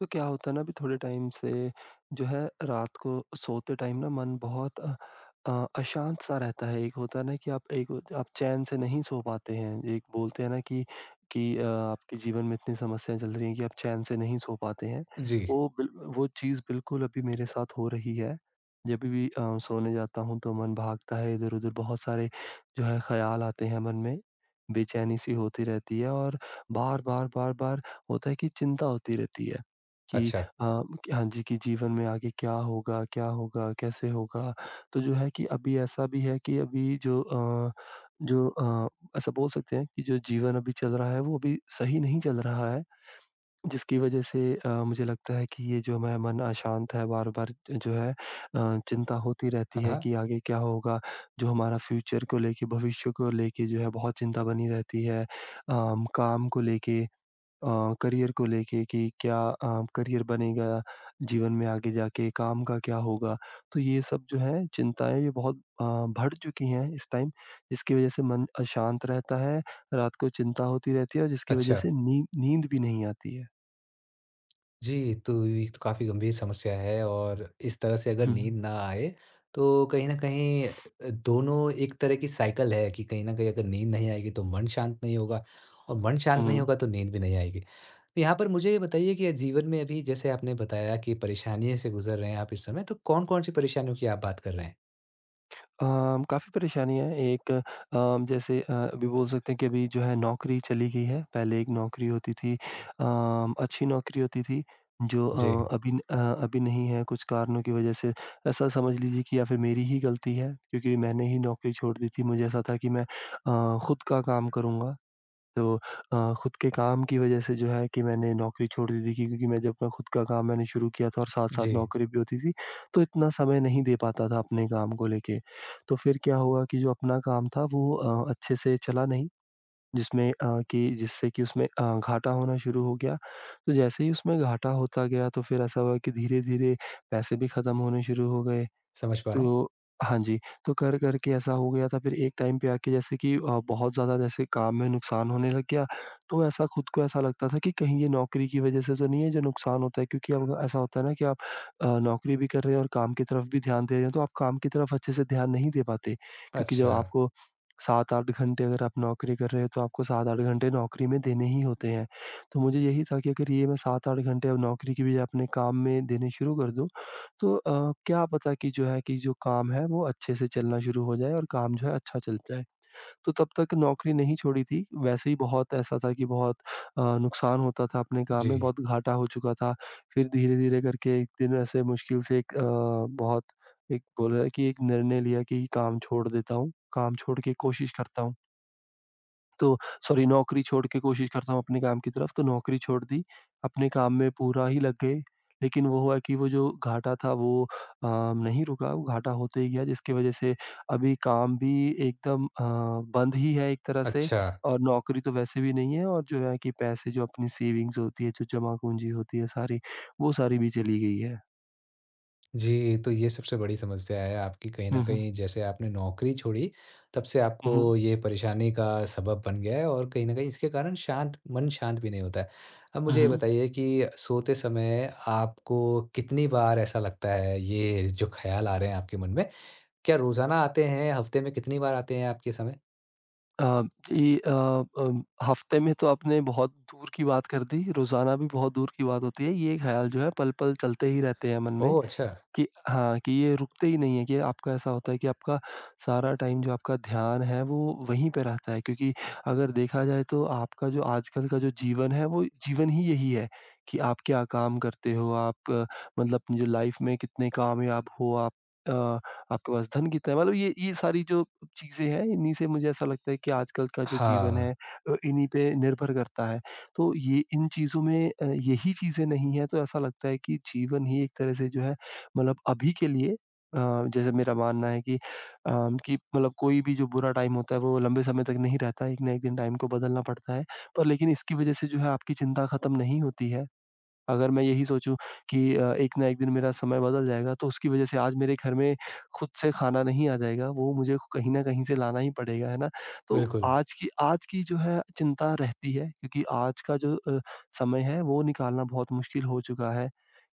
तो क्या होता है ना अभी थोड़े टाइम से जो है रात को सोते टाइम ना मन बहुत अशांत सा रहता है। एक होता है ना कि आप चैन से नहीं सो पाते हैं। एक बोलते हैं ना कि आपके जीवन में इतनी समस्याएँ चल रही हैं कि आप चैन से नहीं सो पाते हैं। जी, वो बिल वो चीज़ बिल्कुल अभी मेरे साथ हो रही है। जब भी सोने जाता हूँ तो मन भागता है इधर-उधर, बहुत सारे जो है ख़्याल आते हैं मन में। बेचैनी सी होती रहती है और बार-बार, बार-बार होता है कि चिंता होती रहती है। कि अच्छा। अ, हाँ जी, कि जीवन में आगे क्या होगा, कैसे होगा? तो जो है कि अभी ऐसा भी है कि अभी जो अ, ऐसा बोल सकते हैं कि जो जीवन अभी चल रहा है, वो अभी सही नहीं चल रहा है, जिसकी वजह से मुझे लगता है कि ये जो मैं मन अशांत है, बार-बार जो है चिंता होती रहती हाँ, है हाँ, कि आगे क्या होगा? जो हमारा फ्यूचर को लेके, भविष्य को लेके जो है बहुत चिंता बनी रहती है। काम को लेके, करियर को लेके कि क्या करियर बनेगा जीवन में आगे जाके, काम का क्या होगा? तो ये सब जो है चिंताएँ ये बहुत बढ़ चुकी हैं इस टाइम, जिसकी वज़ह से मन अशांत रहता है, रात को चिंता होती रहती है और जिसकी वज़ह अच्छा। से नी नींद भी नहीं आती है। जी, तो ये तो काफ़ी गंभीर समस्या है और इस तरह से अगर हुँ, नींद ना आए, तो कहीं न कहीं दोनों एक तरह की साइकिल है कि कहीं न कहीं अगर नींद नहीं आएगी तो मन शांत नहीं होगा और मन शांत नहीं हुँ। होगा तो नींद भी नहीं आएगी। तो यहाँ पर मुझे ये बताइए कि जीवन में अभी जैसे आपने बताया कि परेशानियों से गुज़र रहे हैं आप इस समय, तो कौन-कौन सी परेशानियों की आप बात कर रहे हैं? काफ़ी परेशानी है, एक जैसे अभी बोल सकते हैं कि अभी जो है नौकरी चली गई है। पहले एक नौकरी होती थी, अच्छी नौकरी होती थी जो जी, अ, अभी न अ, अभी नहीं है कुछ कारणों की वज़ह से। ऐसा समझ लीजिए कि या फिर मेरी ही गलती है क्योंकि मैंने ही नौकरी छोड़ दी थी। मुझे ऐसा था कि मैं खुद का काम करूँगा। तो खुद के काम की वजह से जो है कि मैंने नौकरी छोड़ दी थी, क्योंकि मैं जब मैं खुद का काम मैंने शुरू किया था और साथ-साथ जी, नौकरी भी होती थी, तो इतना समय नहीं दे पाता था अपने काम को लेके। तो फिर क्या हुआ कि जो अपना काम था वो अच्छे से चला नहीं, जिसमें अ, कि जिससे कि उसमें घाटा होना शुरू हो गया। तो जैसे ही उसमें घाटा होता गया तो फिर ऐसा हुआ कि धीरे-धीरे पैसे भी खत्म होने शुरू हो गए। समझ पा रहा हूँ। तो हाँ जी, तो कर-कर के ऐसा हो गया था, फिर एक टाइम पे आके जैसे कि बहुत ज़्यादा जैसे काम में नुकसान होने लग गया, तो ऐसा खुद को ऐसा लगता था कि कहीं ये नौकरी की वज़ह से तो नहीं है जो नुकसान होता है, क्योंकि अब ऐसा होता है ना कि आप नौकरी भी कर रहे हैं और काम की तरफ भी ध्यान दे रहे हैं, तो आप काम की तरफ अच्छे से ध्यान नहीं दे पाते, क्योंकि जब अच्छा, आपको 7-8 घंटे अगर आप नौकरी कर रहे हो तो आपको 7-8 घंटे नौकरी में देने ही होते हैं। तो मुझे यही था कि अगर ये मैं 7-8 घंटे अब नौकरी की बजाय अपने काम में देने शुरू कर दूँ, तो क्या पता कि जो है कि जो काम है वो अच्छे से चलना शुरू हो जाए और काम जो है अच्छा चल जाए। तो तब तक नौकरी नहीं छोड़ी थी, वैसे ही बहुत ऐसा था कि बहुत नुकसान होता था अपने काम जी, में, बहुत घाटा हो चुका था। फिर धीरे-धीरे करके एक दिन ऐसे मुश्किल से एक बहुत एक बोला है कि एक निर्णय लिया कि काम छोड़ देता हूँ, काम छोड़ के कोशिश करता हूँ। तो सॉरी, नौकरी छोड़ के कोशिश करता हूँ अपने काम की तरफ, तो नौकरी छोड़ दी, अपने काम में पूरा ही लग गए। लेकिन वो हुआ कि वो जो घाटा था वो नहीं रुका, वो घाटा होते ही गया, जिसकी वज़ह से अभी काम भी एकदम बंद ही है एक तरह से, अच्छा। और नौकरी तो वैसे भी नहीं है, और जो है कि पैसे जो अपनी सेविंग्स होती है, जो जमा पूँजी होती है सारी, वो सारी भी चली गई है। जी, तो ये सबसे बड़ी समस्या है आपकी कहीं न हुँ, हुँ। कहीं, जैसे आपने नौकरी छोड़ी, तब से हुँ, आपको हुँ। ये परेशानी का सबब बन गया है और कहीं न कहीं इसके कारण शांत मन शांत भी नहीं होता है। अब हुँ, मुझे ये हुँ। बताइए कि सोते समय आपको कितनी बार ऐसा लगता है, ये जो ख़्याल आ रहे हैं आपके मन में, क्या रोज़ाना आते हैं? हफ़्ते में कितनी बार आते हैं आपके समय? अ, जी। हफ्ते में तो आपने बहुत दूर की बात कर दी, रोज़ाना भी बहुत दूर की बात होती है। ये ख़्याल जो है पल-पल चलते ही रहते हैं मन में। ओह! अच्छा। कि हाँ, कि ये रुकते ही नहीं है, कि आपका ऐसा होता है कि आपका सारा टाइम जो आपका ध्यान है वो वहीं पे रहता है, क्योंकि अगर देखा जाए तो आपका जो आजकल का जो जीवन है वो जीवन ही यही है कि आप क्या काम करते हो, आप मतलब अपनी जो लाइफ़ में कितने कामयाब हो आप अ, आपके पास धन कितना है, मतलब ये सारी जो चीज़ें हैं, इन्हीं से मुझे ऐसा लगता है कि आजकल का जो जीवन है हाँ, इन्हीं पे निर्भर करता है। तो ये इन चीज़ों में यही चीज़ें नहीं है तो ऐसा लगता है कि जीवन ही एक तरह से जो है, मतलब अभी के लिए अ, जैसे मेरा मानना है कि मतलब कोई भी जो बुरा टाइम होता है वो लंबे समय तक नहीं रहता है, एक ना एक दिन टाइम को बदलना पड़ता है। पर लेकिन इसकी वज़ह से जो है आपकी चिंता ख़त्म नहीं होती है। अगर मैं यही सोचूँ कि एक ना एक दिन मेरा समय बदल जाएगा, तो उसकी वज़ह से आज मेरे घर में खुद से खाना नहीं आ जाएगा, वो मुझे कहीं न कहीं से लाना ही पड़ेगा, है ना? तो बिल्कुल। आज की जो है चिंता रहती है, क्योंकि आज का जो समय है वो निकालना बहुत मुश्किल हो चुका है।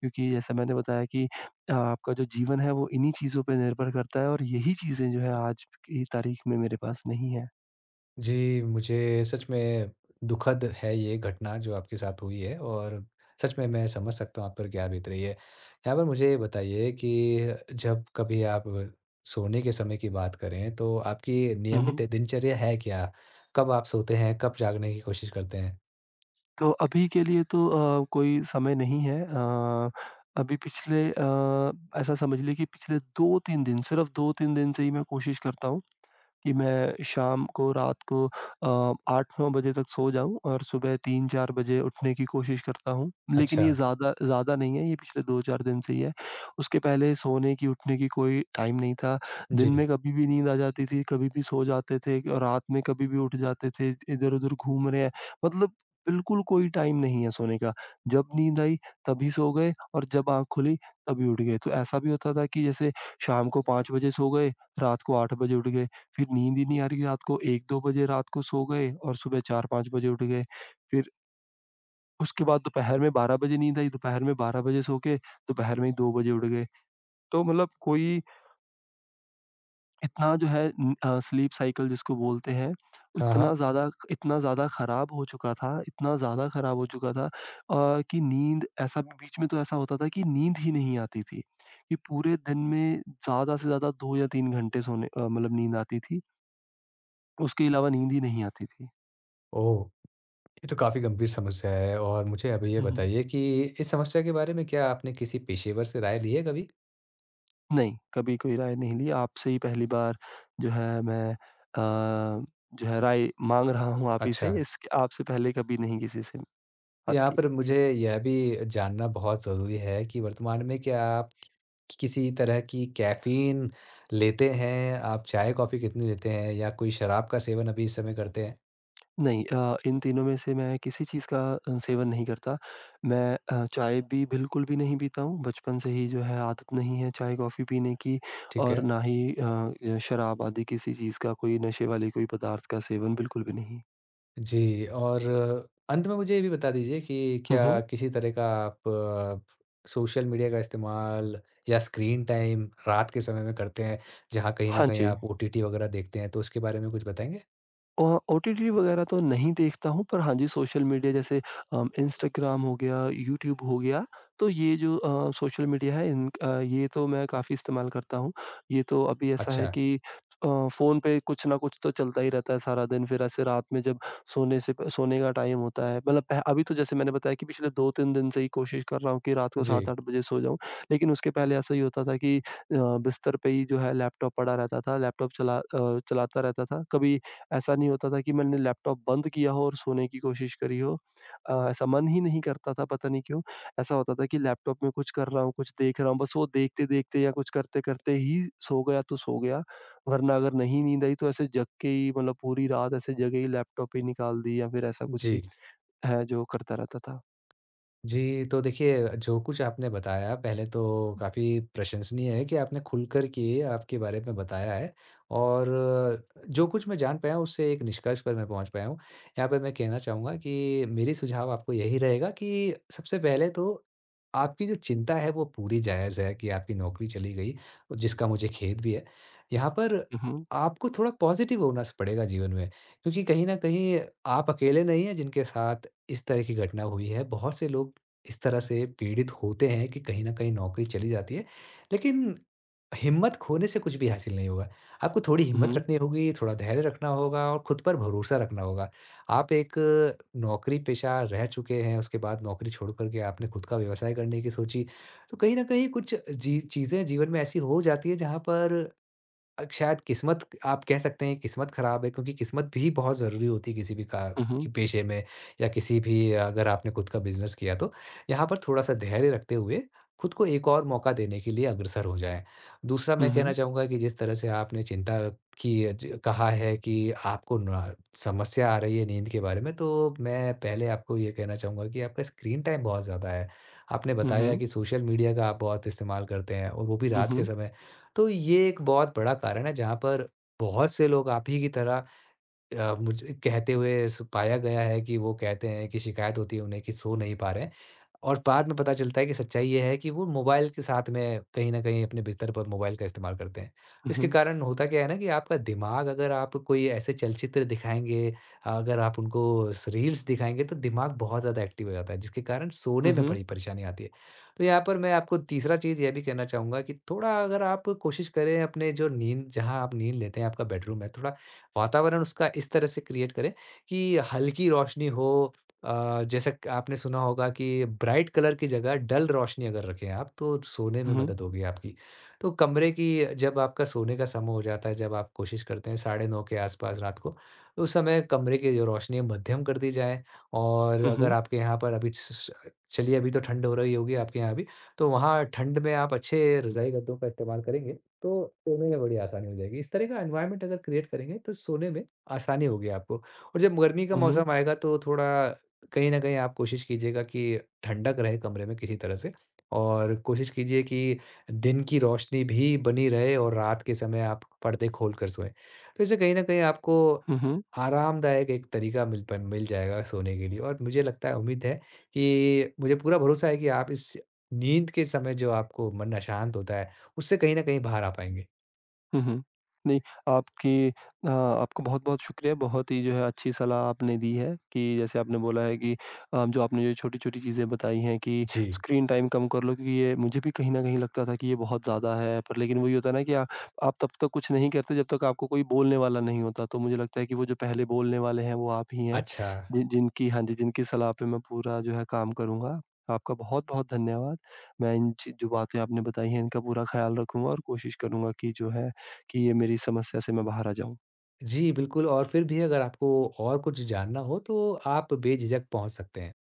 क्योंकि जैसा मैंने बताया कि आपका जो जीवन है वो इन्हीं चीज़ों पे निर्भर करता है, और यही चीज़ें जो है आज की तारीख में मेरे पास नहीं है। जी, मुझे सच में दुखद है ये घटना जो आपके साथ हुई है, और सच में मैं समझ सकता हूँ आप पर क्या बीत रही है। यहाँ पर मुझे ये बताइए कि जब कभी आप सोने के समय की बात करें, तो आपकी हुँ, नियमित हुँ। दिनचर्या है क्या? कब आप सोते हैं? कब जागने की कोशिश करते हैं? तो अभी के लिए तो कोई समय नहीं है, अभी पिछले अ, ऐसा समझ लीजिए कि पिछले 2-3 दिन, सिर्फ़ 2-3 दिन से ही मैं कोशिश करता हूँ कि मैं शाम को, रात को 8-9 बजे तक सो जाऊँ और सुबह 3-4 बजे उठने की कोशिश करता हूँ। लेकिन अच्छा, ये ज़्यादा ज़्यादा नहीं है, ये पिछले 2-4 दिन से ही है। उसके पहले सोने की, उठने की कोई टाइम नहीं था। दिन में जी। कभी भी नींद आ जाती थी, कभी भी सो जाते थे और रात में कभी भी उठ जाते थे, इधर-उधर घूम रहे हैं। मतलब बिल्कुल कोई टाइम नहीं है सोने का। जब नींद आई तभी सो गए और जब आँख खुली तभी उठ गए। तो ऐसा भी होता था कि जैसे शाम को 5 बजे सो गए, रात को 8 बजे उठ गए। फिर नींद ही नहीं आ रही, रात को 1-2 बजे रात को सो गए और सुबह 4-5 बजे उठ गए। फिर उसके बाद दोपहर में 12 बजे नींद आई, दोपहर में 12 बजे सो के दोपहर में ही 2 बजे उठ गए। तो मतलब कोई इतना जो है स्लीप साइकिल जिसको बोलते हैं, हाँ, हाँ। इतना ज़्यादा ख़राब हो चुका था, इतना ज़्यादा ख़राब हो चुका था कि नींद ऐसा बीच में तो ऐसा होता था कि नींद ही नहीं आती थी, कि पूरे दिन में ज़्यादा से ज़्यादा 2 या 3 घंटे सोने मतलब नींद आती थी। उसके अलावा नींद ही नहीं आती थी। ओह! ये तो काफ़ी गंभीर समस्या है, और मुझे अभी ये हुँ, हुँ। बताइए कि इस समस्या के बारे में क्या आपने किसी पेशेवर से राय ली है कभी? नहीं, कभी कोई राय नहीं ली, आपसे ही पहली बार जो है मैं जो है राय माँग रहा हूँ आप ही से, अच्छा। इस आपसे पहले कभी नहीं किसी से बात यहाँ की। पर मुझे यह भी जानना बहुत ज़रूरी है कि वर्तमान में क्या आप किसी तरह की कैफ़ीन लेते हैं? आप चाय-कॉफ़ी कितनी लेते हैं, या कोई शराब का सेवन अभी इस समय करते हैं? नहीं, इन तीनों में से मैं किसी चीज़ का सेवन नहीं करता। मैं चाय भी बिल्कुल भी नहीं पीता हूँ, बचपन से ही जो है आदत नहीं है चाय-कॉफ़ी पीने की, ठीक और है। ना ही शराब आदि किसी चीज़ का, कोई नशे वाले कोई पदार्थ का सेवन बिल्कुल भी नहीं। जी, और अंत में मुझे ये भी बता दीजिए कि हुँ, हुँ। क्या किसी तरह का आप सोशल मीडिया का इस्तेमाल या स्क्रीन टाइम रात के समय में करते हैं, जहाँ कहीं न हाँ कहीं जी। आप ओटीटी वग़ैरह देखते हैं, तो उसके बारे में कुछ बताएँगे? अ, ओटीटी वगैरह तो नहीं देखता हूँ, पर हाँ जी, सोशल मीडिया जैसे इंस्टाग्राम हो गया, यूट्यूब हो गया, तो ये जो सोशल मीडिया है ये तो मैं काफ़ी इस्तेमाल करता हूँ। ये तो अभी ऐसा है अच्छा। कि अ, फ़ोन पे कुछ ना कुछ तो चलता ही रहता है सारा दिन, फिर ऐसे रात में जब सोने से प सोने का टाइम होता है, मतलब पह अभी तो जैसे मैंने बताया कि पिछले 2-3 दिन से ही कोशिश कर रहा हूँ कि रात को जी, 7-8 बजे सो जाऊँ। लेकिन उसके पहले ऐसा ही होता था कि बिस्तर पे ही जो है लैपटॉप पड़ा रहता था, लैपटॉप चलाता रहता था। कभी ऐसा नहीं होता था कि मैंने लैपटॉप बंद किया हो और सोने की कोशिश करी हो। ऐसा मन ही नहीं करता था, पता नहीं क्यों? ऐसा होता था कि लैपटॉप में कुछ कर रहा हूँ, कुछ देख रहा हूँ, बस वो देखते-देखते या कुछ करते-करते ही सो गया तो सो गया, वरना अगर नहीं नींद आई तो ऐसे जग के ही मतलब पूरी रात ऐसे जगे ही लैपटॉप ही निकाल दी या फिर ऐसा कुछ जी। ही है जो करता रहता था। जी, तो देखिए, जो कुछ आपने बताया, पहले तो काफ़ी प्रशंसनीय है कि आपने खुलकर के आपके बारे में बताया है, और जो कुछ मैं जान पाया हूँ उससे एक निष्कर्ष पर मैं पहुँच पाया हूँ। यहाँ पे मैं कहना चाहूँगा कि मेरी सुझाव आपको यही रहेगा कि सबसे पहले तो आपकी जो चिंता है, वो पूरी जायज़ है कि आपकी नौकरी चली गई, और जिसका मुझे खेद भी है। यहाँ पर उहुँ, आपको थोड़ा पॉज़िटिव होना स पड़ेगा जीवन में, क्योंकि कहीं न कहीं आप अकेले नहीं हैं जिनके साथ इस तरह की घटना हुई है। बहुत से लोग इस तरह से पीड़ित होते हैं कि कहीं न कहीं नौकरी चली जाती है। लेकिन हिम्मत खोने से कुछ भी हासिल नहीं होगा। आपको थोड़ी हिम्मत उहुँ, रखनी होगी, थोड़ा धैर्य रखना होगा, और खुद पर भरोसा रखना होगा। आप एक नौकरी-पेशा रह चुके हैं, उसके बाद नौकरी छोड़ कर के आपने खुद का व्यवसाय करने की सोची। तो कहीं न कहीं कुछ जी चीज़ें जीवन में ऐसी हो जाती है, जहाँ पर शायद किस्मत आप कह सकते हैं, किस्मत खराब है, क्योंकि किस्मत भी बहुत ज़रूरी होती है किसी भी कार उहुँ, के पेशे में, या किसी भी अगर आपने खुद का बिज़नेस किया तो। यहाँ पर थोड़ा-सा धैर्य रखते हुए खुद को एक और मौका देने के लिए अग्रसर हो जाएँ। दूसरा मैं उहुँ, कहना चाहूँगा कि जिस तरह से आपने चिंता की अ, ज कहा है कि आपको न समस्या आ रही है नींद के बारे में, तो मैं पहले आपको ये कहना चाहूँगा कि आपका स्क्रीन टाइम बहुत ज़्यादा है। आपने उहुँ, बताया कि सोशल मीडिया का आप बहुत इस्तेमाल करते हैं, और वो भी उहुँ, रात के उहुँ, समय। तो ये एक बहुत बड़ा कारण है, जहाँ पर बहुत से लोग आप ही की तरह अ, मुझे कहते हुए सु पाया गया है कि वो कहते हैं कि शिकायत होती है उन्हें कि सो नहीं पा रहे हैं, और बाद में पता चलता है कि सच्चाई ये है कि वो मोबाइल के साथ में कहीं न कहीं अपने बिस्तर पर मोबाइल का इस्तेमाल करते हैं। इसके उहुँ, कारण होता क्या है ना कि आपका दिमाग, अगर आप कोई ऐसे चलचित्र दिखाएँगे, अगर आप उनको स रील्स दिखाएँगे, तो दिमाग बहुत ज़्यादा एक्टिव हो जाता है, जिसके कारण सोने में उहुँ, बड़ी परेशानी आती है। तो यहाँ पर मैं आपको तीसरा चीज़ ये भी कहना चाहूँगा कि थोड़ा अगर आप कोशिश करें अपने जो नींद, जहाँ आप नींद लेते हैं, आपका बेडरूम है, थोड़ा वातावरण उसका इस तरह से क्रिएट करें कि हल्की रोशनी हो। अ, जैसे क आपने सुना होगा कि ब्राइट कलर की जगह डल रोशनी अगर रखें आप, तो सोने में उहुँ, मदद होगी आपकी। तो कमरे की, जब आपका सोने का समय हो जाता है, जब आप कोशिश करते हैं 9:30 के आस-पास रात को, तो उस समय कमरे की जो रोशनी है मध्यम कर दी जाए, और अगर उहुँ, आपके यहाँ पर अभी स स चलिए, अभी तो ठंड हो रही होगी आपके यहाँ भी, तो वहाँ ठंड में आप अच्छे रज़ाई गद्दों का इस्तेमाल करेंगे, तो सोने में बड़ी आसानी हो जाएगी। इस तरह का एनवायरनमेंट अगर क्रिएट करेंगे तो सोने में आसानी होगी आपको, और जब गर्मी का उहुँ, मौसम आएगा तो थोड़ा कहीं न कहीं आप कोशिश कीजिएगा कि ठंडक रहे कमरे में किसी तरह से, और कोशिश कीजिए कि दिन की रोशनी भी बनी रहे, और रात के समय आप पर्दे खोल कर सोएँ। तो इससे कहीं न कहीं आपको उहुँ। आरामदायक एक तरीका मिल जाएगा सोने के लिए, और मुझे लगता है, उम्मीद है कि मुझे पूरा भरोसा है कि आप इस नींद के समय जो आपको मन अशांत होता है, उससे कहीं न कहीं बाहर आ पाएँगे। हुँ, हुँ। नहीं, आपकी आपको बहुत-बहुत शुक्रिया, बहुत ही जो है अच्छी सलाह आपने दी है कि जैसे आपने बोला है कि जो आपने जो छोटी-छोटी चीज़ें बताई हैं कि जी। स्क्रीन टाइम कम कर लो, क्योंकि ये मुझे भी कहीं न कहीं लगता था कि ये बहुत ज़्यादा है, पर लेकिन वही होता है ना कि आ आप तब तक कुछ नहीं करते जब तक आपको कोई बोलने वाला नहीं होता, तो मुझे लगता है कि वो जो पहले बोलने वाले हैं वो आप ही हैं, अच्छा। जिनकी हाँ जी, जिनकी सलाह पे मैं पूरा जो है काम करूँगा। आपका बहुत-बहुत धन्यवाद। मैं इन चि जो बातें आपने बताई हैं इनका पूरा ख़्याल रखूँगा और कोशिश करूँगा कि जो है कि ये मेरी समस्या से मैं बाहर आ जाऊँ? जी, बिल्कुल, और फिर भी अगर आपको और कुछ जानना हो, तो आप बेझिझक पहुँच सकते हैं।